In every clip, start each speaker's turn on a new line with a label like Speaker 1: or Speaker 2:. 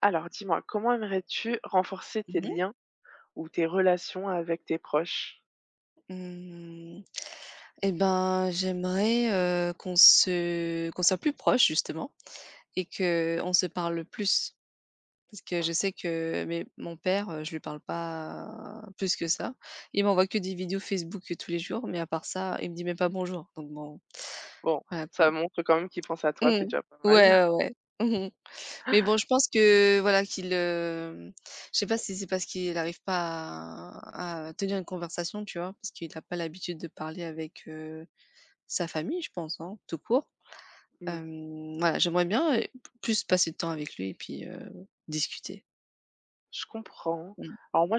Speaker 1: Alors dis-moi, comment aimerais-tu renforcer tes
Speaker 2: Mmh mh.
Speaker 1: liens ou tes relations avec tes proches?
Speaker 2: Mmh, et ben, j'aimerais, qu'on soit plus proches justement et que on se parle plus. Parce que je sais que mais mon père, je lui parle pas plus que ça. Il m'envoie que des vidéos Facebook, tous les jours, mais à part ça, il me dit même pas bonjour. Donc bon,
Speaker 1: Bon,
Speaker 2: voilà
Speaker 1: ça
Speaker 2: quoi.
Speaker 1: montre quand même qu'ils pensent à toi, c'est
Speaker 2: Mmh.
Speaker 1: déjà pas mal.
Speaker 2: Ouais, ouais, ouais. Mais bon, je pense que voilà qu'il, je sais pas si c'est parce qu'il n'arrive pas à tenir une conversation, tu vois? Parce qu'il n'a pas l'habitude de parler avec, sa famille, je pense, hein, tout court.
Speaker 1: Mmh,
Speaker 2: Voilà, j'aimerais bien, plus passer de temps avec lui et puis, discuter.
Speaker 1: je comprends.
Speaker 2: Mmh.
Speaker 1: Alors moi,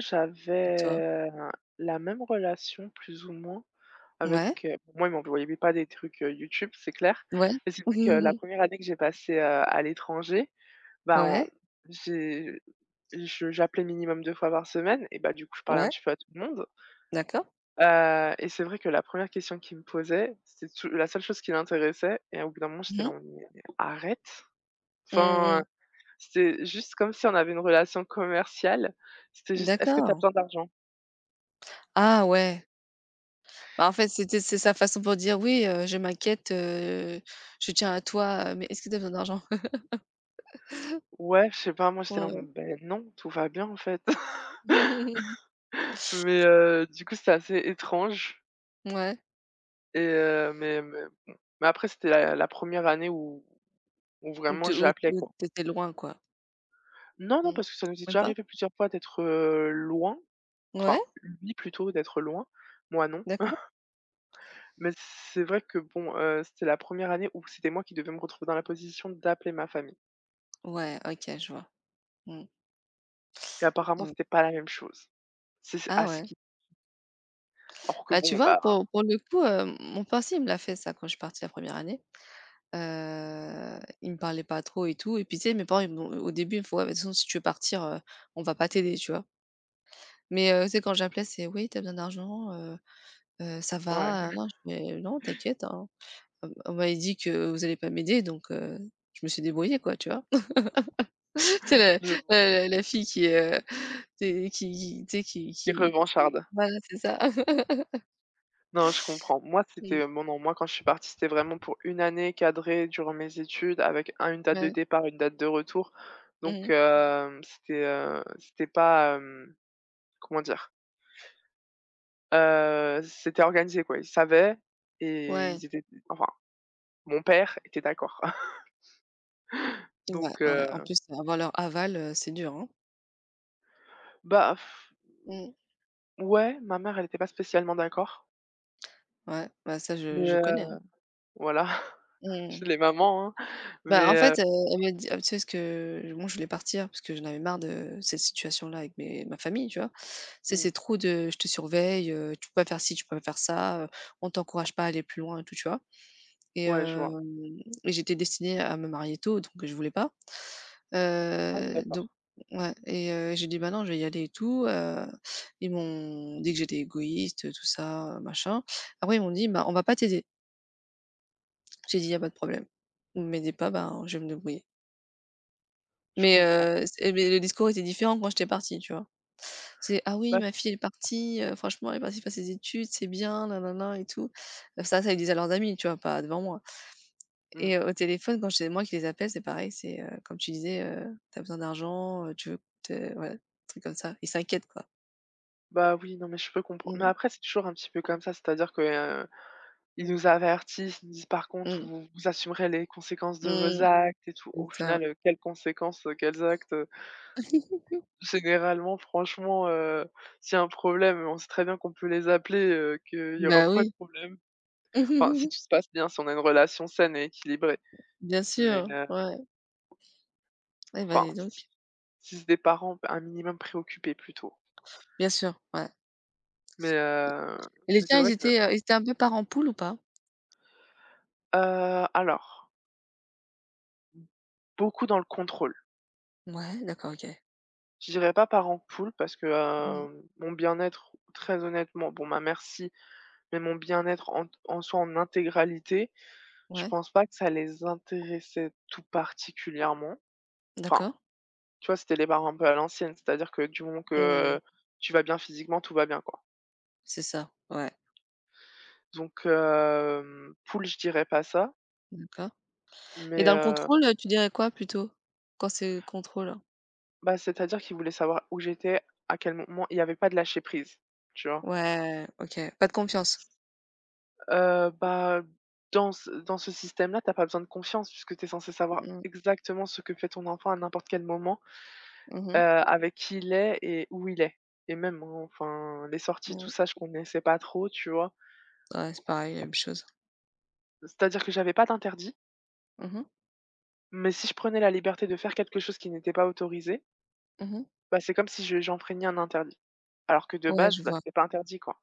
Speaker 2: Et toi?
Speaker 1: j'avais la même relation plus ou moins avec,
Speaker 2: Ouais,
Speaker 1: bon, moi, ils m'envoyaient pas des trucs, YouTube, c'est clair.
Speaker 2: ouais.
Speaker 1: Mais c'est vrai que la première année que j'ai passée, à l'étranger, bah, on
Speaker 2: Ouais,
Speaker 1: j'ai je j'appelais minimum 2 fois par semaine et bah, du coup, je parlais un
Speaker 2: ouais,
Speaker 1: petit peu à tout le monde.
Speaker 2: d'accord.
Speaker 1: Et c'est vrai que la première question qu'il me posait, c'était tou la seule chose qui l'intéressait et au bout d'un moment,
Speaker 2: Mmh
Speaker 1: j'étais
Speaker 2: mh.
Speaker 1: là: «Mais arrête!» Enfin,
Speaker 2: Mmh.
Speaker 1: c'était juste comme si on avait une relation commerciale. C'était juste: «Est-ce que tu as
Speaker 2: D'accord.
Speaker 1: besoin d'argent?»
Speaker 2: Ah ouais. Bah, en fait, c'est sa façon pour dire: «Oui, je m'inquiète, je tiens à toi, mais est-ce que tu as besoin d'argent?»
Speaker 1: Ouais, je sais pas, moi j'étais là:
Speaker 2: Ouais.
Speaker 1: ben non, tout va bien en fait». Mais du coup, c'était assez étrange
Speaker 2: Ouais,
Speaker 1: et mais bon, mais après c'était la 1re année où
Speaker 2: ou
Speaker 1: vraiment
Speaker 2: tu ou
Speaker 1: j'appelais
Speaker 2: ou
Speaker 1: quoi.
Speaker 2: tu étais loin, quoi?
Speaker 1: Non, non,
Speaker 2: Mmh.
Speaker 1: parce que ça nous est
Speaker 2: Même
Speaker 1: déjà
Speaker 2: pas?
Speaker 1: arrivé plusieurs fois d'être, loin, enfin
Speaker 2: Ouais,
Speaker 1: lui plutôt d'être loin, moi non.
Speaker 2: d'accord.
Speaker 1: Mais c'est vrai que bon, c'était la première année où c'était moi qui devais me retrouver dans la position d'appeler ma famille
Speaker 2: Ouais, OK, je vois. Mmh,
Speaker 1: et apparemment
Speaker 2: mmh.
Speaker 1: c'était pas la même chose. C'est c
Speaker 2: Ah
Speaker 1: à ce
Speaker 2: ouais.
Speaker 1: qui Alors que
Speaker 2: Bah, tu
Speaker 1: bon,
Speaker 2: vois,
Speaker 1: bah,
Speaker 2: pour le coup, mon père aussi, il me l'a fait ça quand je suis partie la première année. Il me parlait pas trop et tout et puis, tu sais, mes parents, ils m'ont au début, il me font: «Ouais, mais de toute façon, si tu veux partir, on va pas t'aider», tu vois? Mais, tu sais, quand j'appelais, c'est: «Oui, tu as besoin d'argent, ça
Speaker 1: ouais,
Speaker 2: va?» nan, je fais: «Non, t'inquiète, hein, on m'avait dit que vous allez pas m'aider, donc, je me suis débrouillée, quoi», tu vois? C'est la
Speaker 1: je
Speaker 2: la la fille qui, tu sais
Speaker 1: suis
Speaker 2: qui
Speaker 1: revancharde.
Speaker 2: voilà, c'est ça.
Speaker 1: Non, je comprends. Moi,
Speaker 2: Mmh,
Speaker 1: c'était, bon, non, moi, quand je suis partie, c'était vraiment pour une année cadrée durant mes études avec un une date de
Speaker 2: ouais.
Speaker 1: départ, une date de retour. Donc,
Speaker 2: Mmh.
Speaker 1: c'était, c'était pas, comment dire? C'était organisé, quoi. Ils savaient et
Speaker 2: Ouais,
Speaker 1: ils étaient enfin, mon père était d'accord.
Speaker 2: ouais,
Speaker 1: Donc,
Speaker 2: ouais. En plus avoir leur aval, c'est dur, hein.
Speaker 1: bah, pff,
Speaker 2: Mmh.
Speaker 1: ouais, ma mère, elle était pas spécialement d'accord,
Speaker 2: Ouais, bah, ça je
Speaker 1: mais
Speaker 2: je connais, hein.
Speaker 1: voilà,
Speaker 2: Mmh
Speaker 1: chez les mamans, hein,
Speaker 2: Bah,
Speaker 1: mais
Speaker 2: en fait, elle m'a dit ah, tu sais ce que moi je voulais partir parce que j'en avais marre de cette situation-là avec mes ma famille, tu vois? C'est
Speaker 1: mmh,
Speaker 2: c'est trop de: «Je te surveille, tu peux pas faire ci, tu peux pas faire ça, on t'encourage pas à aller plus loin» et tout, tu vois? Et
Speaker 1: ouais, je vois.
Speaker 2: hem et j'étais destinée à me marier tôt, donc je voulais pas.
Speaker 1: Ah oui,
Speaker 2: Donc
Speaker 1: d'accord,
Speaker 2: ouais et j'ai dit: «Bah non, je vais y aller et tout», ils m'ont dit que j'étais égoïste, tout ça, machin. Après ils m'ont dit: «Bah, on va pas t'aider». J'ai dit: y a pas de problème. Vous m'aidez pas, bah je vais me débrouiller».
Speaker 1: je
Speaker 2: Mais
Speaker 1: comprends.
Speaker 2: c'est mais le discours était différent quand j'étais partie, tu vois? C'est: «Ah oui,
Speaker 1: Bah, je
Speaker 2: ma fille elle est partie, franchement elle est partie faire ses études, c'est bien, na na na et tout». Ça ils le disaient à leurs amis, tu vois? Pas devant moi.
Speaker 1: mmh,
Speaker 2: Et au téléphone, quand c'est moi qui les appelle, c'est pareil, c'est, comme tu disais, «Tu besoin d'argent, tu veux te» voilà, truc comme ça. Ils s'inquiètent, quoi.
Speaker 1: bah, oui, non, mais je peux
Speaker 2: Mmh
Speaker 1: comprendre, mais
Speaker 2: mh.
Speaker 1: après, c'est toujours un petit peu comme ça, c'est-à-dire que, ils nous avertissent, ils nous disent: «Par contre,
Speaker 2: Mmh.
Speaker 1: vous vous assumerez les conséquences de vos
Speaker 2: Mmh.
Speaker 1: actes et tout».
Speaker 2: C'est
Speaker 1: Au
Speaker 2: ça.
Speaker 1: final, quelles conséquences, quels actes, Généralement, franchement, s'il y a un problème, on sait très bien qu'on peut les appeler, qu'il y aura
Speaker 2: Bah,
Speaker 1: pas de
Speaker 2: oui.
Speaker 1: problème. Enfin, si tout se passe bien, si on a une relation saine et équilibrée.
Speaker 2: Bien
Speaker 1: Mais,
Speaker 2: sûr, ouais. Eh bah,
Speaker 1: enfin,
Speaker 2: dis
Speaker 1: si
Speaker 2: donc.
Speaker 1: si c'est des parents bah, un minimum préoccupés plutôt.
Speaker 2: Bien sûr, ouais.
Speaker 1: Mais, heu,
Speaker 2: Et les
Speaker 1: mais c'est
Speaker 2: tiens, ils
Speaker 1: vrai que,
Speaker 2: étaient, heu, ils étaient un peu parents poule ou pas?
Speaker 1: alors, beaucoup dans le contrôle.
Speaker 2: Ouais, d'accord, OK.
Speaker 1: Je dirais pas parent poule parce que,
Speaker 2: Mmh.
Speaker 1: mon bien-être, très honnêtement, bon, ma mère si, mais mon bien-être en soi, en intégralité, je
Speaker 2: Ouais,
Speaker 1: pense pas que ça les intéressait tout particulièrement. Enfin,
Speaker 2: d'accord.
Speaker 1: tu vois, c'était les parents un peu à l'ancienne, c'est-à-dire que du moment
Speaker 2: Mmh.
Speaker 1: que tu vas bien physiquement, tout va bien, quoi.
Speaker 2: C'est ça, ouais.
Speaker 1: Donc cool, je dirais pas ça,
Speaker 2: D'accord. Et
Speaker 1: mais
Speaker 2: dans le contrôle, tu dirais quoi plutôt? Quand c'est contrôle?
Speaker 1: bah, c'est-à-dire qu'il voulait savoir où j'étais, à quel moment. Il n'y avait pas de lâcher prise, tu vois?
Speaker 2: Ouais, OK. Pas de confiance.
Speaker 1: Bah, dans ce système-là, t'as pas besoin de confiance puisque tu es censé savoir
Speaker 2: Mmh.
Speaker 1: exactement ce que fait ton enfant à n'importe quel moment,
Speaker 2: Mmh mh.
Speaker 1: avec qui il est et où il est et même, hein, enfin, les sorties,
Speaker 2: Mmh.
Speaker 1: tout ça, je connaissais pas trop, tu vois?
Speaker 2: Ouais, c'est pareil, la même chose.
Speaker 1: C'est-à-dire que j'avais pas d'interdit,
Speaker 2: Mmh mh.
Speaker 1: mais si je prenais la liberté de faire quelque chose qui n'était pas autorisé,
Speaker 2: Mmh.
Speaker 1: bah, c'est comme si je j'enfreignais un interdit. Alors que de
Speaker 2: Ouais,
Speaker 1: base,
Speaker 2: je
Speaker 1: bah,
Speaker 2: vois,
Speaker 1: c'était pas interdit, quoi.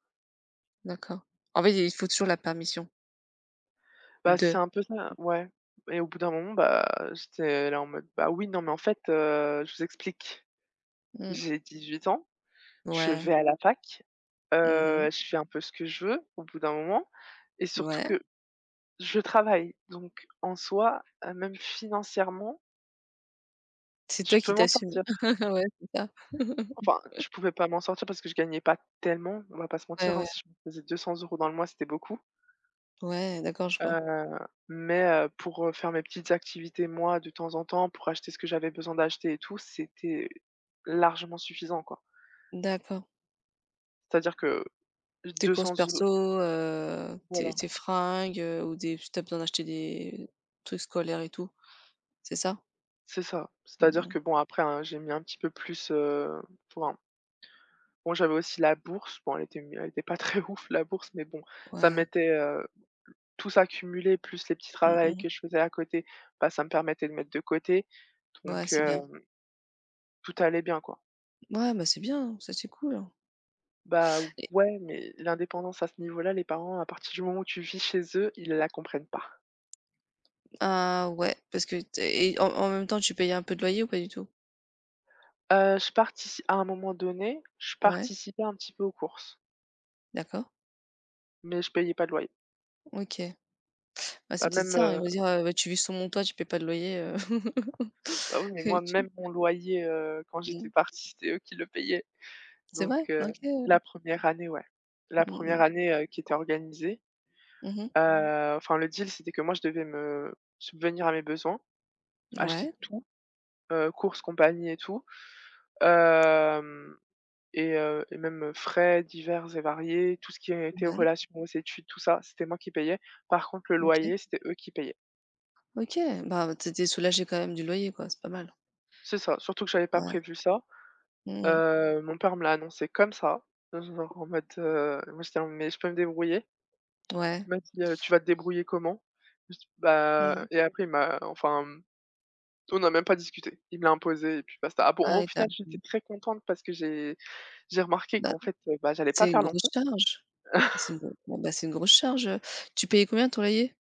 Speaker 2: d'accord. En fait, il faut toujours la permission
Speaker 1: Bah,
Speaker 2: de.
Speaker 1: c'est un peu ça, ouais, et au bout d'un moment, bah, j'étais là en mode: «Bah, oui, non, mais en fait, je vous explique,
Speaker 2: Mmh.
Speaker 1: j'ai 18 ans, je
Speaker 2: Ouais.
Speaker 1: vais à la fac,
Speaker 2: Mmh.
Speaker 1: je fais un peu ce que je veux au bout d'un moment et surtout
Speaker 2: Ouais.
Speaker 1: que je travaille donc en soi, même financièrement,
Speaker 2: C'est
Speaker 1: je
Speaker 2: toi qui
Speaker 1: peux m'en
Speaker 2: t'assumes.
Speaker 1: sortir».
Speaker 2: Ouais, c'est ça.
Speaker 1: Enfin, je pouvais pas m'en sortir parce que je gagnais pas tellement, on va pas se
Speaker 2: Ouais,
Speaker 1: mentir, hein,
Speaker 2: ouais.
Speaker 1: si je me faisais 200 € dans le mois, c'était beaucoup.
Speaker 2: Ouais, d'accord, je vois.
Speaker 1: Heu, mais pour, faire mes petites activités, moi, de temps en temps, pour acheter ce que j'avais besoin d'acheter et tout, c'était largement suffisant, quoi.
Speaker 2: D'accord.
Speaker 1: C'est-à-dire que
Speaker 2: Tes
Speaker 1: 200
Speaker 2: courses perso,
Speaker 1: euros,
Speaker 2: tes
Speaker 1: voilà,
Speaker 2: tes fringues, ou des si tu as besoin d'acheter des trucs scolaires et tout, c'est ça?
Speaker 1: c'est ça. C'est-à-dire
Speaker 2: Mmh.
Speaker 1: que bon, après, hein, j'ai mis un petit peu plus, enfin, bon, j'avais aussi la bourse. Bon, elle était pas très ouf, la bourse, mais bon, ça me
Speaker 2: Ouais.
Speaker 1: mettait, tout ça plus les petits travails
Speaker 2: Mmh.
Speaker 1: que je faisais à côté, bah, ça me permettait de mettre de côté.
Speaker 2: Ouais,
Speaker 1: Donc
Speaker 2: c'est bien.
Speaker 1: tout allait bien, quoi.
Speaker 2: Ouais, bah, c'est bien, ça, c'est cool.
Speaker 1: Bah,
Speaker 2: Et
Speaker 1: ouais, mais l'indépendance à ce niveau-là, les parents, à partir du moment où tu vis chez eux, ils la comprennent pas.
Speaker 2: ah ouais, parce que tu et en même temps, tu payes un peu de loyer ou pas du tout?
Speaker 1: Je partici À un moment donné, je
Speaker 2: Ouais,
Speaker 1: participais un petit peu aux courses,
Speaker 2: d'accord,
Speaker 1: mais je payais pas de loyer.
Speaker 2: OK. Bah, c'est
Speaker 1: Bah,
Speaker 2: peut-être
Speaker 1: même,
Speaker 2: ça, hein, ils vont dire: «Bah, tu vis sous mon toit, tu payes pas de loyer»
Speaker 1: bah, oui, mais
Speaker 2: et
Speaker 1: moi,
Speaker 2: tu
Speaker 1: même mon loyer, quand j'étais
Speaker 2: mmh.
Speaker 1: partie, c'était eux qui le payaient.
Speaker 2: C'est
Speaker 1: Donc,
Speaker 2: vrai? OK.
Speaker 1: la première année, ouais. La
Speaker 2: Mmh
Speaker 1: première
Speaker 2: mh.
Speaker 1: année, qui était organisée.
Speaker 2: Mmh.
Speaker 1: Mmh. Enfin, le deal, c'était que moi, je devais me subvenir à mes besoins, acheter
Speaker 2: Ouais,
Speaker 1: tout, courses, compagnie et tout. Hem Et heu et même, frais divers et variés, tout ce qui était en
Speaker 2: ouais,
Speaker 1: relation aux études, tout ça, c'était moi qui payais. Par contre, le
Speaker 2: OK.
Speaker 1: loyer, c'était eux qui payaient.
Speaker 2: OK, bah, tu soulagé quand même du loyer, quoi, c'est pas mal.
Speaker 1: C'est ça, surtout que j'avais pas
Speaker 2: Ouais.
Speaker 1: prévu ça.
Speaker 2: Mmh.
Speaker 1: Mon père me l'a annoncé comme ça, genre en mode, moi j'étais là: «Mais je peux me débrouiller?»
Speaker 2: Ouais.
Speaker 1: Il m'a dit: «Tu vas te débrouiller comment?» Je dis:
Speaker 2: Mmh.
Speaker 1: «Bah» et après il m'a enfin, on n'a même pas discuté. Il me l'a imposé et puis basta. Ah bon,
Speaker 2: Ah
Speaker 1: au
Speaker 2: et tu
Speaker 1: final,
Speaker 2: mmh,
Speaker 1: j'étais très contente parce que j'ai remarqué
Speaker 2: Bah,
Speaker 1: qu'en fait, bah, j'allais pas
Speaker 2: c'est une
Speaker 1: faire
Speaker 2: grosse
Speaker 1: longtemps.
Speaker 2: charge. C'est une grosse charge, tu payais combien ton loyer?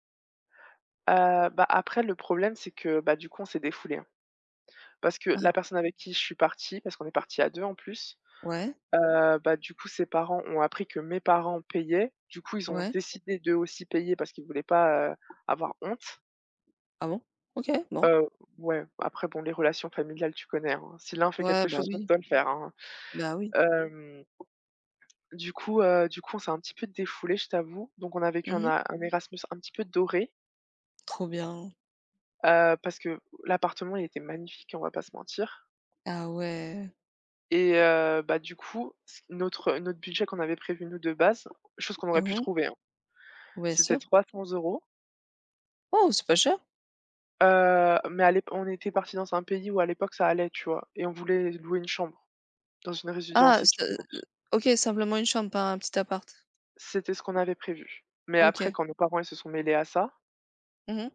Speaker 1: Bah, après le problème, c'est que, bah, du coup, on s'est défoulé, hein. Parce que la
Speaker 2: Ah,
Speaker 1: personne avec qui je suis partie, parce qu'on est partis à 2 en plus,
Speaker 2: ouais,
Speaker 1: bah, du coup, ses parents ont appris que mes parents payaient. Du coup, ils ont
Speaker 2: ouais.
Speaker 1: décidé d'eux aussi payer parce qu'ils voulaient pas, avoir honte.
Speaker 2: Ah bon? OK, bon.
Speaker 1: Heu, ouais, après bon, les relations familiales, tu connais, hein. Si l'un fait
Speaker 2: Ouais,
Speaker 1: quelque
Speaker 2: bah,
Speaker 1: chose, l'autre
Speaker 2: oui,
Speaker 1: doit le faire, hein.
Speaker 2: bah, oui.
Speaker 1: Hem, du coup, on s'est un petit peu défoulé, je t'avoue. Donc on a vécu un
Speaker 2: Mmh.
Speaker 1: un Erasmus un petit peu doré,
Speaker 2: Trop bien.
Speaker 1: parce que l'appartement, il était magnifique, on va pas se mentir.
Speaker 2: Ah ouais.
Speaker 1: Et bah, du coup, c notre notre budget qu'on avait prévu nous de base, chose qu'on aurait pu trouver, hein,
Speaker 2: Ouais,
Speaker 1: c'était
Speaker 2: sûr.
Speaker 1: 300 €.
Speaker 2: Oh, c'est pas cher?
Speaker 1: Mais à l'ép on était parti dans un pays où à l'époque ça allait, tu vois? Et on voulait louer une chambre dans une
Speaker 2: Ah,
Speaker 1: résidence
Speaker 2: ce
Speaker 1: étudiante.
Speaker 2: OK, simplement une chambre, pas un petit appart.
Speaker 1: C'était ce qu'on avait prévu. Mais après
Speaker 2: OK.
Speaker 1: quand nos parents ils se sont mêlés à ça,
Speaker 2: Mmh.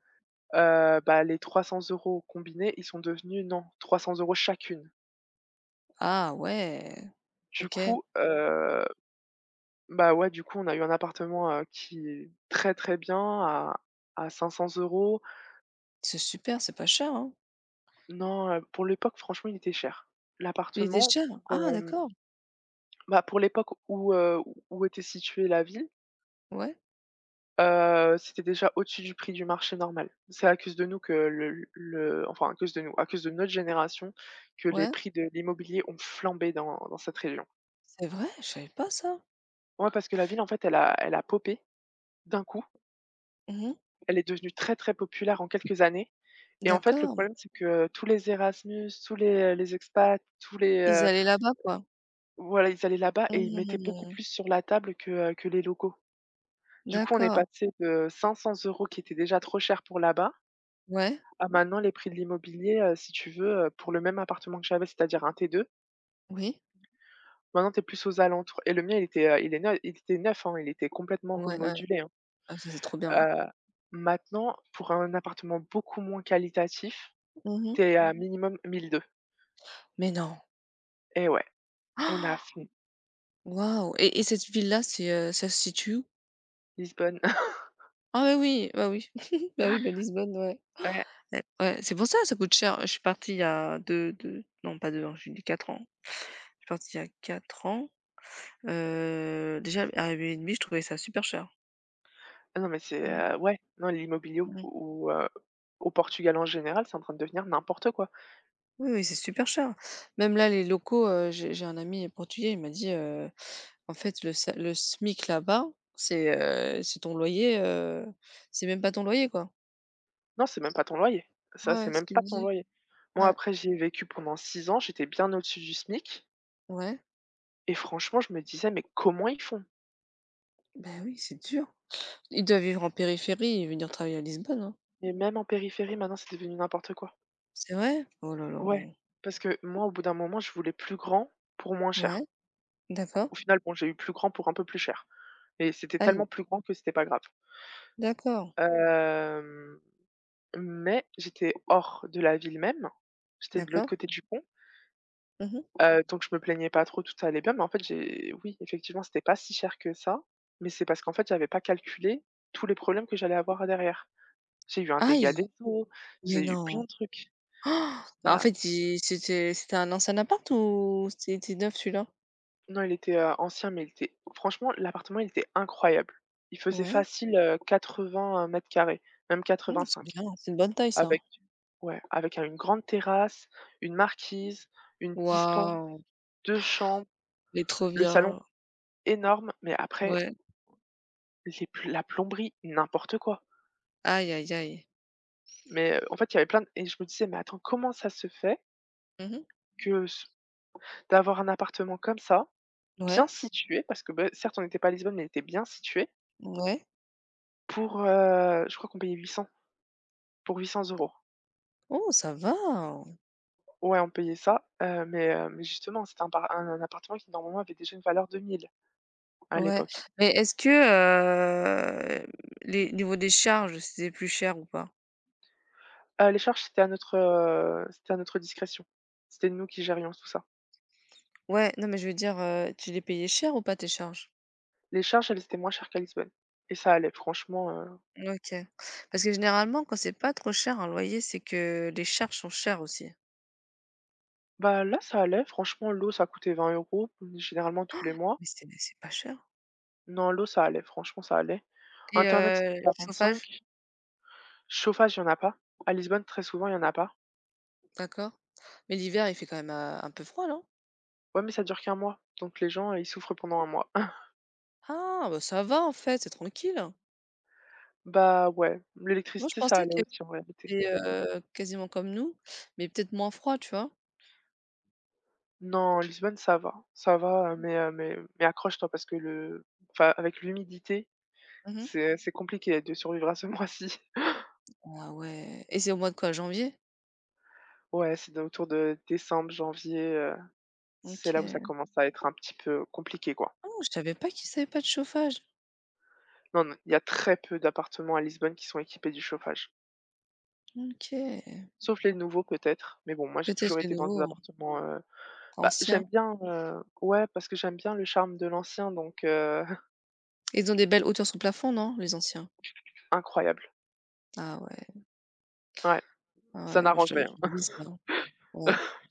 Speaker 1: bah, les 300 € combinés, ils sont devenus non, 300 € chacune.
Speaker 2: Ah ouais,
Speaker 1: Du
Speaker 2: OK.
Speaker 1: coup, bah, ouais, du coup, on a eu un appartement, qui est très, très bien à 500 euros.
Speaker 2: C'est super, c'est pas cher, hein?
Speaker 1: Non, pour l'époque, franchement, il était cher.
Speaker 2: Il était
Speaker 1: L'appartement
Speaker 2: cher?
Speaker 1: pour,
Speaker 2: Ah
Speaker 1: hem,
Speaker 2: d'accord.
Speaker 1: pour l'époque où était située la ville,
Speaker 2: Ouais,
Speaker 1: c'était déjà au-dessus du prix du marché normal. C'est à cause de nous que le enfin, à cause de nous, à cause de notre génération, que les
Speaker 2: ouais.
Speaker 1: prix de l'immobilier ont flambé dans cette région.
Speaker 2: C'est vrai? Je savais pas ça.
Speaker 1: Ouais, parce que la ville, en fait, elle a popé d'un coup.
Speaker 2: Mmh.
Speaker 1: Elle est devenue très, très populaire en quelques années et en fait, le
Speaker 2: D'accord.
Speaker 1: problème, c'est que tous les Erasmus, tous les expats, tous les,
Speaker 2: Ils allaient là-bas, quoi?
Speaker 1: Voilà, ils allaient là-bas et ils mettaient beaucoup
Speaker 2: Mmh.
Speaker 1: plus sur la table que les locaux. Du coup, on est
Speaker 2: D'accord.
Speaker 1: passé de 500 euros, qui était déjà trop cher pour là-bas,
Speaker 2: Ouais.
Speaker 1: à maintenant les prix de l'immobilier, si tu veux, pour le même appartement que j'avais, c'est-à-dire un T2,
Speaker 2: Oui.
Speaker 1: maintenant tu es plus aux alentours et le mien il était, il était neuf, hein, il était complètement
Speaker 2: Ouais, ouais.
Speaker 1: remodulé, hein.
Speaker 2: Ah ça, c'est trop bien, hein.
Speaker 1: Heu, Maintenant pour un appartement beaucoup moins qualitatif,
Speaker 2: Mmh.
Speaker 1: tu es à minimum 1 200
Speaker 2: Mais non?
Speaker 1: et ouais, on a
Speaker 2: Ah,
Speaker 1: fond
Speaker 2: waouh et cette ville-là, c'est, ça se situe où?
Speaker 1: Lisbonne.
Speaker 2: Ah bah oui, bah oui. Bah oui, bah Lisbonne, ouais.
Speaker 1: Ouais.
Speaker 2: Ouais, ouais, c'est pour ça, ça coûte cher. Je suis partie il y a deux deux non pas 2 ans, j'ai dit 4 ans. Je suis partie il y a 4 ans, déjà à 1,5 €, je trouvais ça super cher.
Speaker 1: Ah non mais c'est,
Speaker 2: Mmh
Speaker 1: ouais, non l'immobilier au
Speaker 2: mh.
Speaker 1: au, heu, au Portugal en général, c'est en train de devenir n'importe quoi.
Speaker 2: Oui, oui, c'est super cher. Même là, les locaux, j'ai un ami portugais, il m'a dit: «En fait, le SMIC là-bas, c'est, c'est ton loyer, c'est même pas ton loyer, quoi».
Speaker 1: Non, c'est même pas ton loyer,
Speaker 2: Ouais,
Speaker 1: ça, c'est
Speaker 2: ouais, ce
Speaker 1: même
Speaker 2: qu'il
Speaker 1: pas
Speaker 2: me
Speaker 1: ton
Speaker 2: dit.
Speaker 1: loyer. Moi
Speaker 2: Ouais,
Speaker 1: après j'y ai vécu pendant 6 ans, j'étais bien au-dessus du SMIC
Speaker 2: ouais.
Speaker 1: et franchement je me disais: «Mais comment ils font?»
Speaker 2: Ben oui, c'est dur. Ils doivent vivre en périphérie et venir travailler à Lisbonne, hein.
Speaker 1: Et même en périphérie maintenant c'est devenu n'importe quoi.
Speaker 2: C'est vrai? Oh là là.
Speaker 1: Ouais, parce que moi au bout d'un moment je voulais plus grand pour moins
Speaker 2: Ouais,
Speaker 1: cher.
Speaker 2: d'accord.
Speaker 1: Au final bon, j'ai eu plus grand pour un peu plus cher et c'était
Speaker 2: Aïe,
Speaker 1: tellement plus grand que c'était pas grave.
Speaker 2: d'accord,
Speaker 1: Hem, mais j'étais hors de la ville même, j'étais de l'autre
Speaker 2: d'accord.
Speaker 1: côté du pont.
Speaker 2: Mmh mh.
Speaker 1: Donc je me plaignais pas trop, tout allait bien, mais en fait, j'ai oui, effectivement, c'était pas si cher que ça, mais c'est parce qu'en fait, j'avais pas calculé tous les problèmes que j'allais avoir derrière. J'ai eu un dégât
Speaker 2: Aïe!
Speaker 1: des eaux,
Speaker 2: Mais
Speaker 1: j'ai eu plein
Speaker 2: non.
Speaker 1: de trucs.
Speaker 2: Ah, bah, en
Speaker 1: Bah,
Speaker 2: fait, il c'était un ancien appart ou c'était neuf celui-là?
Speaker 1: non, il était, ancien, mais il était franchement, l'appartement, il était incroyable. Il faisait
Speaker 2: Ouais,
Speaker 1: facile, mètres carrés, même
Speaker 2: mmh, c'est
Speaker 1: 85,
Speaker 2: bien, c'est une bonne taille ça.
Speaker 1: avec ouais, avec un une grande terrasse, une marquise, une dispense,
Speaker 2: Waouh,
Speaker 1: 2 chambres,
Speaker 2: mais trop
Speaker 1: le salon
Speaker 2: bien.
Speaker 1: énorme, mais après
Speaker 2: Ouais.
Speaker 1: les pl la plomberie, n'importe quoi.
Speaker 2: Aïe, aïe, aïe.
Speaker 1: Mais, en fait, il y avait plein de et je me disais: «Mais attends, comment ça se fait
Speaker 2: Mmh mh.
Speaker 1: que ce d'avoir un appartement comme ça, bien
Speaker 2: Ouais,
Speaker 1: situé?» parce que, beh, certes, on n'était pas à Lisbonne, mais il était bien situé
Speaker 2: ouais.
Speaker 1: pour, je crois qu'on payait 800, pour 800 €.
Speaker 2: Oh, ça va.
Speaker 1: Ouais, on payait ça, mais justement, c'était un par un appartement qui normalement avait déjà une valeur de 1 000 à
Speaker 2: Ouais,
Speaker 1: l'époque.
Speaker 2: mais est-ce que, heu, les niveau des charges, c'était plus cher ou pas?
Speaker 1: Les charges, c'était à notre discrétion. C'était nous qui gérions tout ça.
Speaker 2: Ouais, non, mais je veux dire, tu les payais cher ou pas tes charges?
Speaker 1: Les charges, elles étaient moins chères qu'à Lisbonne et ça allait franchement,
Speaker 2: OK. Parce que généralement, quand c'est pas trop cher un loyer, c'est que les charges sont chères aussi.
Speaker 1: bah, là, ça allait franchement, l'eau, ça coûtait 20 € généralement tous les mois.
Speaker 2: Mais c'est pas cher
Speaker 1: Non, l'eau, ça allait, franchement, ça allait.
Speaker 2: et
Speaker 1: Internet, c'était
Speaker 2: chauffage,
Speaker 1: 45. Chauffage, il y en a pas. À Lisbonne, très souvent, il y en a pas.
Speaker 2: d'accord. Mais l'hiver, il fait quand même, un peu froid, non?
Speaker 1: Ouais, mais ça dure qu'un mois, donc les gens, ils souffrent pendant un mois.
Speaker 2: Ah, bah, ça va en fait, c'est tranquille.
Speaker 1: Bah, ouais,
Speaker 2: Moi, je
Speaker 1: l'électricité, ça
Speaker 2: pensais
Speaker 1: allait
Speaker 2: que
Speaker 1: aussi en réalité.
Speaker 2: c'était, quasiment comme nous, mais peut-être moins froid, tu vois?
Speaker 1: Non, Lisbonne, ça va, mais mais accroche-toi parce que le enfin, avec l'humidité,
Speaker 2: Mmh.
Speaker 1: c'est compliqué de survivre à ce mois-ci.
Speaker 2: Ah ouais et c'est au mois de quoi? Janvier?
Speaker 1: Ouais, c'est autour de décembre, janvier, c'est là où ça
Speaker 2: OK.
Speaker 1: commence à être un petit peu compliqué, quoi.
Speaker 2: Ah, je savais pas qu'ils avaient pas de chauffage.
Speaker 1: Non, non, il y a très peu d'appartements à Lisbonne qui sont équipés du chauffage.
Speaker 2: OK.
Speaker 1: Sauf les nouveaux peut-être, mais bon, moi j'ai
Speaker 2: Peut-être
Speaker 1: toujours
Speaker 2: les
Speaker 1: été dans des
Speaker 2: nouveaux, hein,
Speaker 1: appartements, bah, j'aime
Speaker 2: anciens.
Speaker 1: bien, ouais, parce que j'aime bien le charme de l'ancien donc
Speaker 2: Ils ont des belles hauteurs sur plafond, non, les anciens?
Speaker 1: incroyable.
Speaker 2: Ah ouais.
Speaker 1: Ouais,
Speaker 2: Ah
Speaker 1: ça
Speaker 2: ouais, moi
Speaker 1: n'arrange
Speaker 2: je dois
Speaker 1: rien.
Speaker 2: j'oublie ça, hein. Ouais.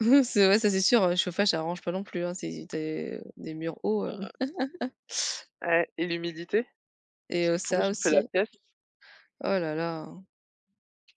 Speaker 2: C'est ouais, ça c'est sûr, le chauffage ça arrange pas non plus, hein, c'est des murs hauts,
Speaker 1: Heu, et l'humidité,
Speaker 2: et
Speaker 1: parce que pour
Speaker 2: ça
Speaker 1: réchauffer la
Speaker 2: aussi.
Speaker 1: pièce
Speaker 2: Oh là là.